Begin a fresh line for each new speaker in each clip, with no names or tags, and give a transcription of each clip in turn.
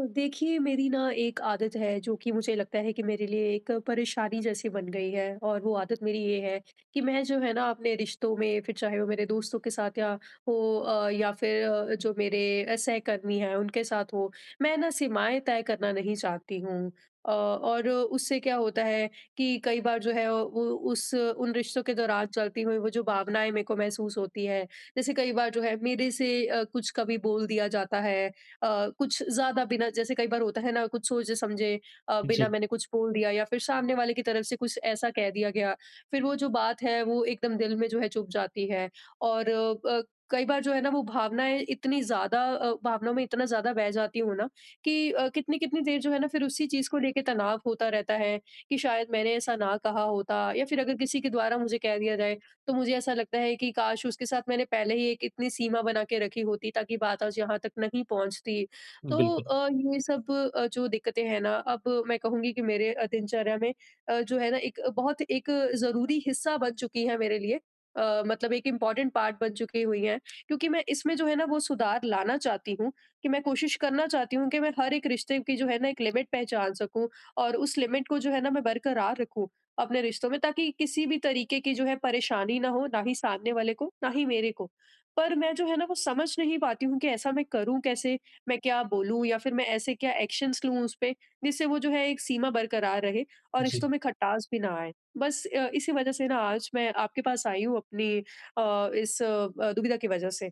देखिए, मेरी ना एक आदत है जो कि मुझे लगता है कि मेरे लिए एक परेशानी जैसी बन गई है, और वो आदत मेरी ये है कि मैं जो है ना अपने रिश्तों में, फिर चाहे वो मेरे दोस्तों के साथ या हो या फिर जो मेरे सहकर्मी हैं उनके साथ हो, मैं ना सीमाएँ तय करना नहीं चाहती हूँ। और उससे क्या होता है कि कई बार जो है वो उस उन रिश्तों के दौरान चलती हुई वो जो भावनाएँ मेरे को महसूस होती है, जैसे कई बार जो है मेरे से कुछ कभी बोल दिया जाता है, कुछ ज़्यादा बिना, जैसे कई बार होता है ना कुछ सोचे समझे बिना
जी,
मैंने कुछ बोल दिया, या फिर सामने वाले की तरफ से कुछ ऐसा कह दिया गया, फिर वो जो बात है वो एकदम दिल में जो है चुभ जाती है। और कई बार जो है ना वो भावनाएँ इतनी ज़्यादा, भावनाओं में इतना ज़्यादा बह जाती हूँ ना कि कितनी-कितनी देर जो है ना फिर उसी चीज़ को लेके तनाव होता रहता है कि शायद मैंने ऐसा ना कहा होता, या फिर अगर किसी के द्वारा मुझे कह दिया जाए, तो मुझे ऐसा लगता है कि काश उसके साथ मैंने पहले ही एक इतनी सीमा बना के रखी होती, ताकि बात आज यहाँ तक नहीं पहुँचती। तो
बिल्कुल।
ये सब जो दिक्कतें हैं ना, अब मैं कहूँगी कि मेरे दिनचर्या में जो है ना एक बहुत एक ज़रूरी हिस्सा बन चुकी है मेरे लिए। मतलब एक इम्पॉर्टेंट पार्ट बन चुकी हुई हैं, क्योंकि मैं इसमें जो है ना वो सुधार लाना चाहती हूँ, कि मैं कोशिश करना चाहती हूँ कि मैं हर एक रिश्ते की जो है ना एक लिमिट पहचान सकूँ, और उस लिमिट को जो है ना मैं बरकरार रखूँ। अपने रिश्तों में, ताकि किसी भी तरीके की जो है परेशानी ना हो, ना ही सामने वाले को, ना ही मेरे को। पर मैं जो है ना वो समझ नहीं पाती हूँ कि ऐसा मैं करूँ कैसे? मैं क्या बोलूँ या फिर मैं ऐसे क्या एक्शन्स लूँ उस पे, जिससे वो जो है एक सीमा बरकरार रहे, और
जी,
रिश्तों में खटास भी ना आए। बस इसी वजह से ना आज मैं आपके पास आई हूँ, अपनी इस दुविधा की वजह से।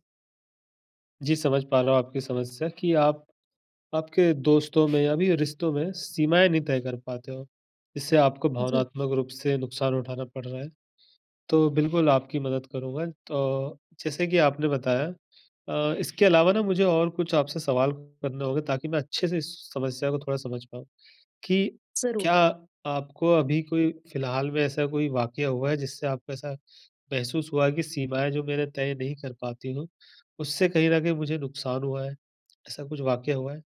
जी समझ पा रहा हूँ आपकी समस्या कि आप आपके दोस्तों में या भी रिश्तों में सीमाएँ नहीं तय कर पाते हो। इससे आपको
जी,
भावनात्मक रूप से नुकसान उठाना पड़ रहा है। तो बिल्कुल आपकी मदद करूँगा। तो जैसे कि आपने बताया इसके अलावा ना मुझे और कुछ आपसे सवाल करने होंगे ताकि मैं अच्छे से इस समस्या को थोड़ा समझ पाऊँ कि
ज़रूर।
क्या आपको अभी कोई फ़िलहाल में ऐसा कोई वाक़या हुआ है जिससे आपको ऐसा महसूस हुआ है कि सीमाएँ जो मैंने तय नहीं कर पाती हूँ, उससे कहीं न कहीं मुझे नुकसान हुआ है। ऐसा कुछ वाक़या हुआ है?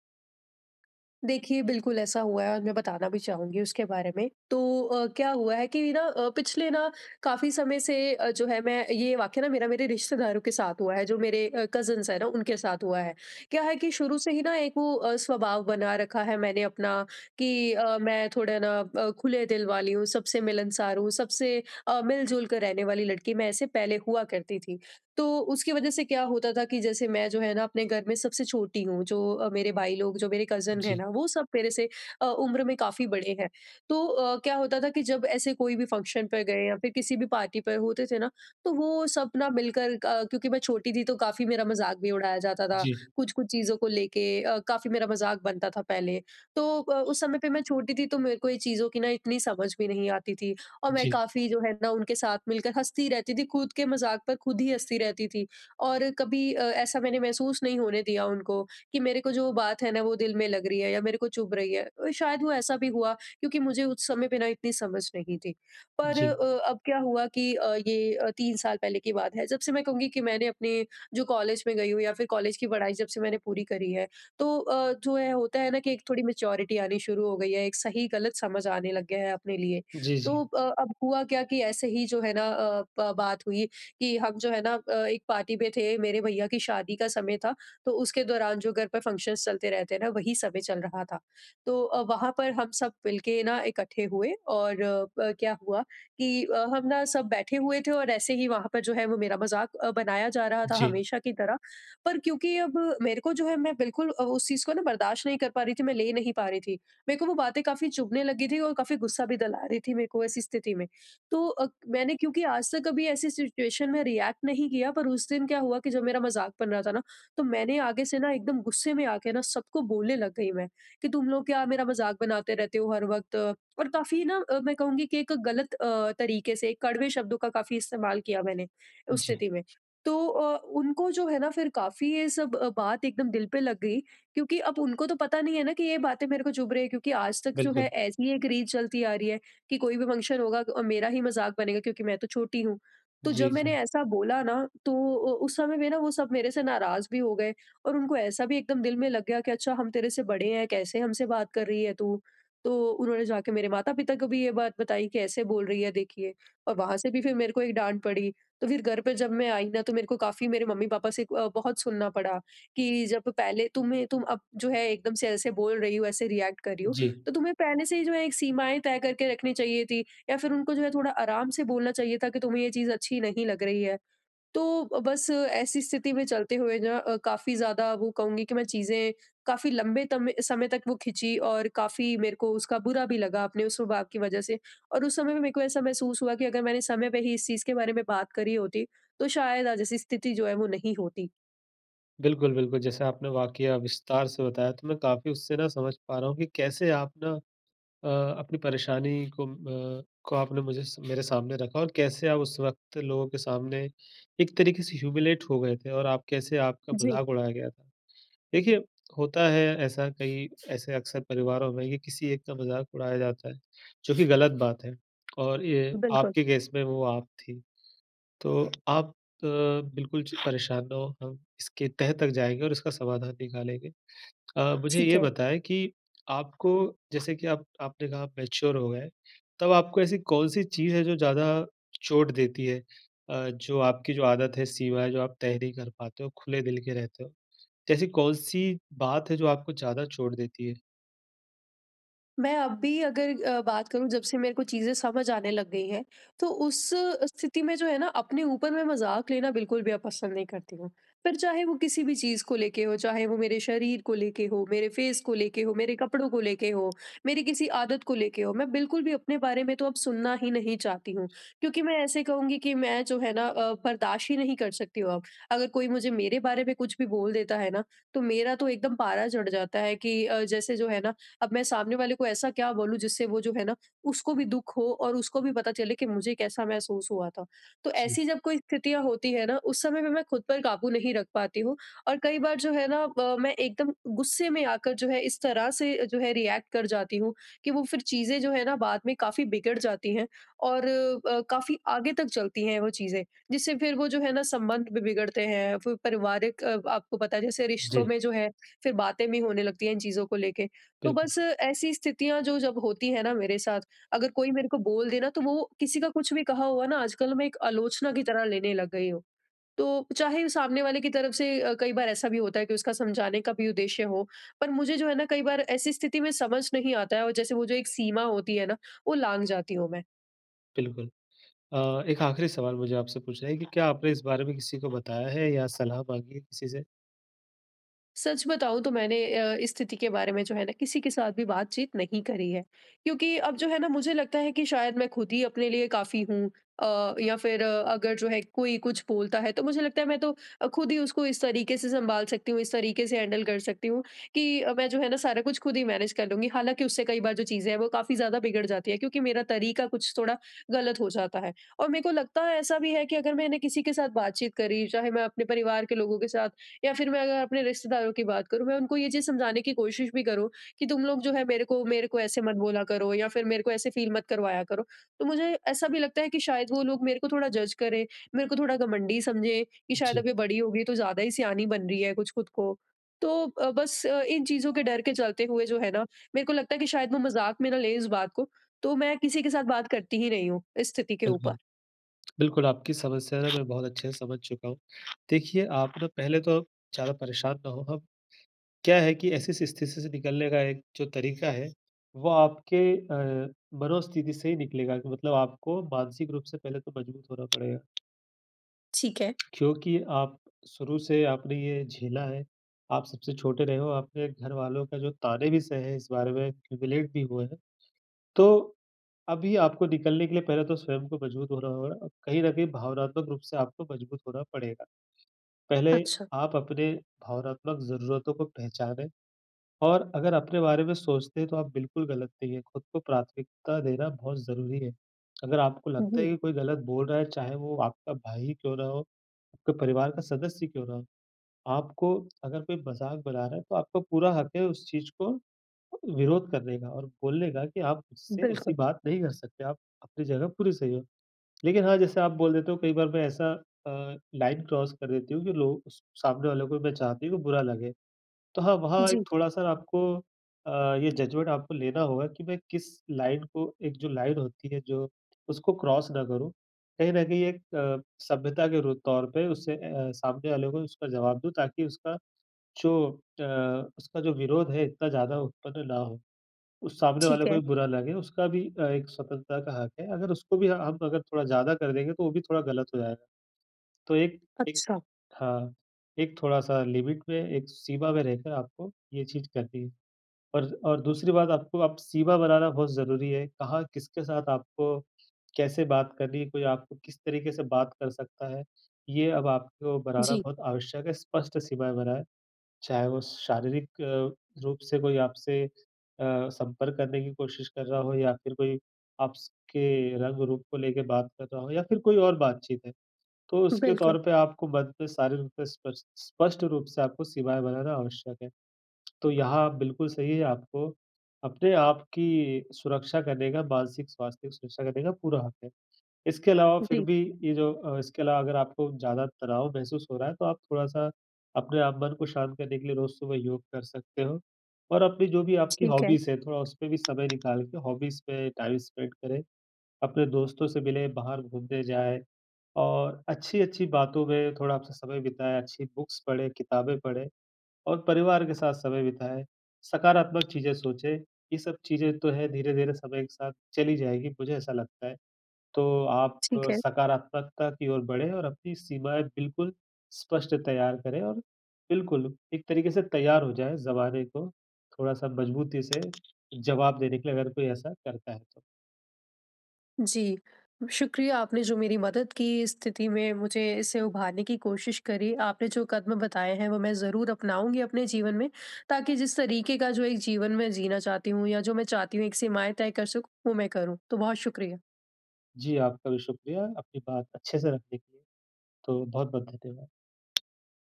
देखिए, बिल्कुल ऐसा हुआ है और मैं बताना भी चाहूँगी उसके बारे में। तो क्या हुआ है कि ना पिछले ना काफ़ी समय से, जो है, मैं ये वाक़या ना मेरा मेरे रिश्तेदारों के साथ हुआ है, जो मेरे कज़िन्स हैं ना उनके साथ हुआ है। क्या है कि शुरू से ही ना एक वो स्वभाव बना रखा है मैंने अपना, कि मैं थोड़ा ना खुले दिल वाली हूँ, सबसे मिलनसार हूँ, सबसे मिल-जुल कर रहने वाली लड़की, मैं ऐसे पहले हुआ करती थी। तो उसकी वजह से क्या होता था कि जैसे मैं जो है ना अपने घर में सबसे छोटी हूँ, जो मेरे भाई लोग, जो मेरे कज़न हैं
जी।
ना, वो सब मेरे से उम्र में काफ़ी बड़े हैं। तो क्या होता था कि जब ऐसे कोई भी फंक्शन पर गए या फिर किसी भी पार्टी पर होते थे ना, तो वो सब ना मिलकर क्योंकि मैं छोटी थी, तो काफ़ी मेरा मज़ाक भी उड़ाया जाता था,
जी।
कुछ-कुछ चीज़ों को लेके काफ़ी मेरा मज़ाक बनता था पहले। तो उस समय पे मैं छोटी थी, तो मेरे को ये चीज़ों की ना इतनी समझ भी नहीं आती थी। और मैं
जी।
काफ़ी जो है ना उनके साथ मिलकर हँसती रहती थी, खुद के मज़ाक पर खुद ही हँसती रहती थी। और कभी ऐसा मैंने महसूस नहीं होने दिया उनको कि मेरे को जो बात है ना वो दिल में लग रही है, या मेरे को चुभ रही है। शायद वो ऐसा भी हुआ क्योंकि मुझे उस समय पे ना इतनी समझ नहीं थी। पर
जी।
अब क्या हुआ कि ये 3 साल पहले की बात है। जब से मैं कहूँगी कि मैंने अपने जो कॉलेज में गई हूँ, या फिर कॉलेज की पढ़ाई जब से मैंने पूरी करी है, तो जो है होता है ना कि एक थोड़ी मैच्योरिटी आनी शुरू हो गई है, एक सही-गलत समझ आने लग गया है अपने लिए।
जी।
तो
जी।
अब हुआ क्या कि ऐसे ही जो है ना, अ, ब बात हुई कि हम जो है ना एक पार्टी में थे, मेरे भैया की शादी का समय था, तो उसके दौरान जो घर पे फंक्शन्स चलते रहते हैं ना, वही समय चल रहा था। तो वहाँ पर हम सब मिल के ना इकट्ठे हुए, और क्या हुआ कि हम ना सब बैठे हुए थे, और ऐसे ही वहाँ पर जो है वो मेरा मज़ाक बनाया जा रहा था
जी।
हमेशा की तरह। पर क्योंकि अब मेरे को जो है, मैं बिल्कुल उस चीज़ को ना बर्दाश्त नहीं कर पा रही थी, मैं ले नहीं पा रही थी। मेरे को वो बातें काफ़ी चुभने लगी थी और काफ़ी गुस्सा भी दिला रही थी मेरे को ऐसी स्थिति में। तो मैंने, क्योंकि आज तक कभी ऐसी सिचुएशन में रिएक्ट नहीं किया, पर उस दिन क्या हुआ कि जब मेरा मज़ाक बन रहा था ना, तो मैंने आगे से ना एकदम गुस्से में आके ना सबको बोलने लग गई मैं, कि तुम लोग क्या मेरा मज़ाक बनाते रहते हो हर वक़्त। और काफ़ी ना मैं कहूँगी कि एक गलत तरीके से कड़वे शब्दों का काफ़ी इस्तेमाल किया मैंने उस
जी,
स्थिति में। तो उनको जो है ना फिर काफ़ी ये सब बात एकदम दिल पे लग गई, क्योंकि अब उनको तो पता नहीं है ना कि ये बातें मेरे को चुभ रही है, क्योंकि आज तक जो है
बिल्कुल।
ऐसी एक रीत चलती आ रही है कि कोई भी फंक्शन होगा और मेरा ही मजाक बनेगा, क्योंकि मैं तो छोटी हूँ। तो
जी।
जब मैंने
जी।
ऐसा बोला ना, तो उस समय पे ना वो सब मेरे से नाराज़ भी हो गए, और उनको ऐसा भी एकदम दिल में लग गया कि अच्छा, हम तेरे से बड़े हैं, कैसे हमसे बात कर रही है तू? तो उन्होंने जाके मेरे माता-पिता को भी ये बात बताई कि ऐसे बोल रही है देखिए, और वहाँ से भी फिर मेरे को एक डाँट पड़ी। तो फिर घर पे जब मैं आई ना, तो मेरे को काफ़ी मेरे मम्मी-पापा से बहुत सुनना पड़ा। कि जब पहले तुम अब जो है एकदम से ऐसे बोल रही हो, ऐसे रिएक्ट कर रही हो,
जी।
तो तुम्हें पहले से ही जो है एक सीमाएँ तय करके रखनी चाहिए थी, या फिर उनको जो है थोड़ा आराम से बोलना चाहिए था कि तुम्हें ये चीज़ अच्छी नहीं लग रही है। तो बस ऐसी स्थिति में चलते हुए ना काफ़ी ज़्यादा, वो कहूँगी कि मैं चीज़ें काफ़ी लंबे तमे समय तक वो खिंची, और काफ़ी मेरे को उसका बुरा भी लगा अपने उस स्वभाव की वज़ह से, और उस समय पे मेरे को ऐसा महसूस हुआ कि अगर मैंने समय पे ही इस चीज़ के बारे में बात करी होती, तो शायद आज ऐसी स्थिति जो है वो नहीं होती।
बिल्कुल, बिल्कुल, जैसे आपने वाक़या विस्तार से बताया तो मैं काफ़ी उससे ना समझ पा रहा हूँ कि कैसे आप ना अ, अपनी परेशानी को आपने मुझे स मेरे सामने रखा और कैसे आप उस वक़्त लोगों के सामने एक तरीके से ह्यूमिलेट हो गए थे और आप कैसे आपका
जी,
मज़ाक उड़ाया गया था। देखिए, होता है ऐसा कई ऐसे अक्सर परिवारों में कि किसी एक का मज़ाक उड़ाया जाता है, जो कि गलत बात है और ये
बिल्कुल।
आपके केस में वो आप थी। तो आप अ, बिल्कुल च परेशान ना हो, हम इसके तह तक जाएँगे और इसका समाधान निकालेंगे। मुझे
ठीक
ये
है।
बताएँ कि आपको जैसे कि आप आपने कहा आप मैच्योर हो गए, तब आपको ऐसी कौन-सी चीज़ है जो ज़्यादा चोट देती है? जो आपकी जो आदत है, सीमा है, जो आप तय नहीं कर पाते हो, खुले दिल के रहते हो? जैसी कौन-सी बात है जो आपको ज़्यादा चोट देती है?
मैं अब भी अगर बात करूँ, जब से मेरे को चीज़ें समझ आने लग गई हैं, तो उस स्थिति में जो है ना अपने ऊपर मैं मज़ाक लेना बिल्कुल भी अब पसंद नहीं करती हूँ। फिर चाहे वो किसी भी चीज़ को लेके हो, चाहे वो मेरे शरीर को लेके हो, मेरे फेस को लेके हो, मेरे कपड़ों को लेके हो, मेरी किसी आदत को लेके हो, मैं बिल्कुल भी अपने बारे में तो अब सुनना ही नहीं चाहती हूँ। क्योंकि मैं ऐसे कहूँगी कि मैं जो है ना बर्दाश्त ही नहीं कर सकती हूँ अब। अगर कोई मुझे मेरे बारे में कुछ भी बोल देता है ना, तो मेरा तो एकदम पारा चढ़ जाता है कि जैसे जो है ना अब मैं सामने वाले को ऐसा क्या बोलूँ जिससे वो जो है ना उसको भी दुख हो, और उसको भी पता चले कि मुझे कैसा महसूस हुआ था। तो
जी,
ऐसी जब कोई स्थितियाँ होती है ना, उस समय पे मैं खुद पर काबू नहीं रख पाती हूँ, और कई बार जो है ना मैं एकदम गुस्से में आकर जो है इस तरह से जो है रिएक्ट कर जाती हूँ कि वो फिर चीज़ें जो है ना बाद में काफ़ी बिगड़ जाती हैं, और काफ़ी आगे तक चलती हैं वो चीज़ें। जिससे फिर वो जो है ना संबंध भी बिगड़ते हैं, फिर पारिवारिक आपको पता है, जैसे रिश्तों
जी।
में जो है फिर बातें भी होने लगती हैं इन चीज़ों को लेके। तो
बिल्कुल,
बस ऐसी स्थितियाँ जो जब होती है ना मेरे साथ, अगर कोई मेरे को बोल दे ना, तो वो किसी का कुछ भी कहा हुआ ना आजकल मैं एक आलोचना की तरह लेने लग गई हूँ। तो चाहे सामने वाले की तरफ से कई बार ऐसा भी होता है कि उसका समझाने का भी उद्देश्य हो, पर मुझे जो है ना कई बार ऐसी स्थिति में समझ नहीं आता है, और जैसे वो जो एक सीमा होती है ना, वो लाँघ जाती हूँ मैं।
बिल्कुल। अ, एक आखिरी सवाल मुझे आपसे पूछना है कि क्या आपने इस बारे में किसी को बताया है या सलाह माँगी है किसी से?
सच बताऊँ तो मैंने इस स्थिति के बारे में जो है ना किसी के साथ भी बातचीत नहीं करी है। क्योंकि अब जो है ना मुझे लगता है कि शायद मैं खुद ही अपने लिए काफ़ी हूँ, या फिर अगर जो है कोई कुछ बोलता है, तो मुझे लगता है मैं तो खुद ही उसको इस तरीके से सँभाल सकती हूँ, इस तरीके से हैंडल कर सकती हूँ कि मैं जो है ना सारा कुछ खुद ही मैनेज कर लूँगी। हालाँकि उससे कई बार जो चीज़ें हैं वो काफ़ी ज़्यादा बिगड़ जाती है, क्योंकि मेरा तरीका कुछ थोड़ा गलत हो जाता है। और मेरे को लगता है ऐसा भी है कि अगर मैंने किसी के साथ बातचीत करी, चाहे मैं अपने परिवार के लोगों के साथ, या फिर मैं अगर अपने रिश्तेदारों की बात करूँ, मैं उनको ये चीज़ समझाने की कोशिश भी करूँ कि तुम लोग जो है मेरे को ऐसे मत बोला करो, या फिर मेरे को ऐसे फ़ील मत करवाया करो। तो मुझे ऐसा भी लगता है कि शायद वो लोग मेरे को थोड़ा जज करें, मेरे को थोड़ा घमंडी समझें कि शायद
जी,
अब ये बड़ी हो गई तो ज़्यादा ही सयानी बन रही है कुछ खुद को। तो बस इन चीज़ों के डर के चलते हुए जो है ना, मेरे को लगता है कि शायद वो मज़ाक में ना लें इस बात को, तो मैं किसी के साथ बात करती ही नहीं हूँ इस स्थिति के ऊपर।
बिल्कुल। बिल्कुल, आपकी समस्या ना मैं बहुत अच्छे से समझ चुका हूँ। देखिए, आप ना पहले तो ज़्यादा परेशान ना हो। अब क्या है कि ऐसी स्थिति से निकलने का एक जो तरीका है, वो आपके अ, मनोस्थिति से ही निकलेगा कि मतलब आपको मानसिक रूप से पहले तो मजबूत होना पड़ेगा।
ठीक है।
क्योंकि आप शुरू से आपने ये झेला है, आप सबसे छोटे रहे हो, आपने घरवालों का जो ताने भी सहे हैं इस बारे में, ह्यूमिलेट भी हुए हैं, तो अभी आपको निकलने के लिए पहले तो स्वयं को मजबूत होना होगा और कहीं न कहीं भावनात्मक रूप से आपको मजबूत होना पड़ेगा। पहले
अच्छा।
आप अपने भावनात्मक ज़रूरतों को पहचानें और अगर अपने बारे में सोचते हैं तो आप बिल्कुल गलत नहीं हैं, खुद को प्राथमिकता देना बहुत ज़रूरी है। अगर आपको लगता है
जी,
कि कोई गलत बोल रहा है, चाहे वो आपका भाई क्यों ना हो, आपके परिवार का सदस्य क्यों ना हो। आपको अगर कोई मज़ाक बना रहा है, तो आपका पूरा हक है उस चीज़ को विरोध करने का और बोलने का कि आप मुझसे ऐसी
बिल्कुल।
बात नहीं कर सकते, आप अपनी जगह पूरी सही हो। लेकिन हाँ, जैसे आप बोल देते हो कई बार मैं ऐसा लाइन क्रॉस कर देती हूँ कि लोग उस सामने वाले को मैं चाहती हूँ कि बुरा लगे। तो हाँ, वहाँ
जी।
एक थोड़ा-सा आपको ये जजमेंट आपको लेना होगा कि मैं किस लाइन को एक जो लाइन होती है जो उसको क्रॉस ना करूँ। कहीं न कहीं एक सभ्यता के रू तौर पे उससे सामने वाले को उसका जवाब दूँ ताकि उसका जो अ, उसका जो विरोध है इतना ज़्यादा उत्पन्न ना हो, उस सामने
ठीक
वाले को
है।
भी बुरा लगे, उसका भी एक स्वतंत्रता का हक है। अगर उसको भी हम अगर थोड़ा ज़्यादा कर देंगे तो वो भी थोड़ा गलत हो जाएगा। तो एक एक
अच्छा।
हाँ, एक थोड़ा-सा लिमिट में, एक सीमा में रहकर आपको ये चीज़ करनी है। और दूसरी बात आपको आप सीमा बनाना बहुत ज़रूरी है, कहाँ किसके साथ आपको कैसे बात करनी है, कोई आपको किस तरीके से बात कर सकता है, ये अब आपको बनाना
जी।
बहुत आवश्यक है, स्पष्ट सीमाएँ बनाएँ। चाहे वो शारीरिक रूप से कोई आपसे संपर्क करने की कोशिश कर रहा हो या फिर कोई आपके रंग रूप को लेके बात कर रहा हो या फिर कोई और बातचीत है। तो उसके
बिल्कुल,
तौर पे आपको मन पे शारीरिक रूप से स्पष्ट स्पष्ट रूप से आपको सीमाएँ बनाना आवश्यक है। तो यहाँ आप बिल्कुल सही है आपको अपने आप की सुरक्षा करने का, मानसिक स्वास्थ्य की सुरक्षा करने का पूरा हक है। इसके अलावा फिर
जी,
भी इसके अलावा अगर आपको ज़्यादा तनाव महसूस हो रहा है, तो आप थोड़ा-सा अपने आप मन को शांत करने के लिए रोज़ सुबह योग कर सकते हो और अपनी जो भी आपकी
ठीक है,
हॉबीज़ है, थोड़ा उसपे भी समय निकाल के हॉबीज़ पे टाइम स्पेंड करें। अपने दोस्तों से मिलें, बाहर घूमने जाएँ और अच्छी-अच्छी बातों में थोड़ा आपसे समय बिताएँ, अच्छी बुक्स पढ़ें, किताबें पढ़ें और परिवार के साथ समय बिताएँ, सकारात्मक चीज़ें सोचें। ये सब चीज़ें तो हैं, धीरे-धीरे समय के साथ चली जाएगी, मुझे ऐसा लगता है। तो आप
ठीक है।
सकारात्मकता की ओर बढ़ें और अपनी सीमाएँ बिल्कुल स्पष्ट तैयार करें और बिल्कुल एक तरीके से तैयार हो जाएँ ज़माने को थोड़ा-सा मज़बूती से जवाब देने के लिए अगर कोई ऐसा करता है तो।
जी, शुक्रिया आपने जो मेरी मदद की इस स्थिति में, मुझे इससे उभारने की कोशिश करी। आपने जो कदम बताए हैं वो मैं ज़रूर अपनाऊँगी अपने जीवन में, ताकि जिस तरीके का जो एक जीवन मैं जीना चाहती हूँ, या जो मैं चाहती हूँ एक सीमाएँ तय कर सकूँ, वो मैं करूँ। तो बहुत शुक्रिया।
जी, आपका भी शुक्रिया अपनी बात अच्छे से रखने के लिए। तो बहुत-बहुत धन्यवाद।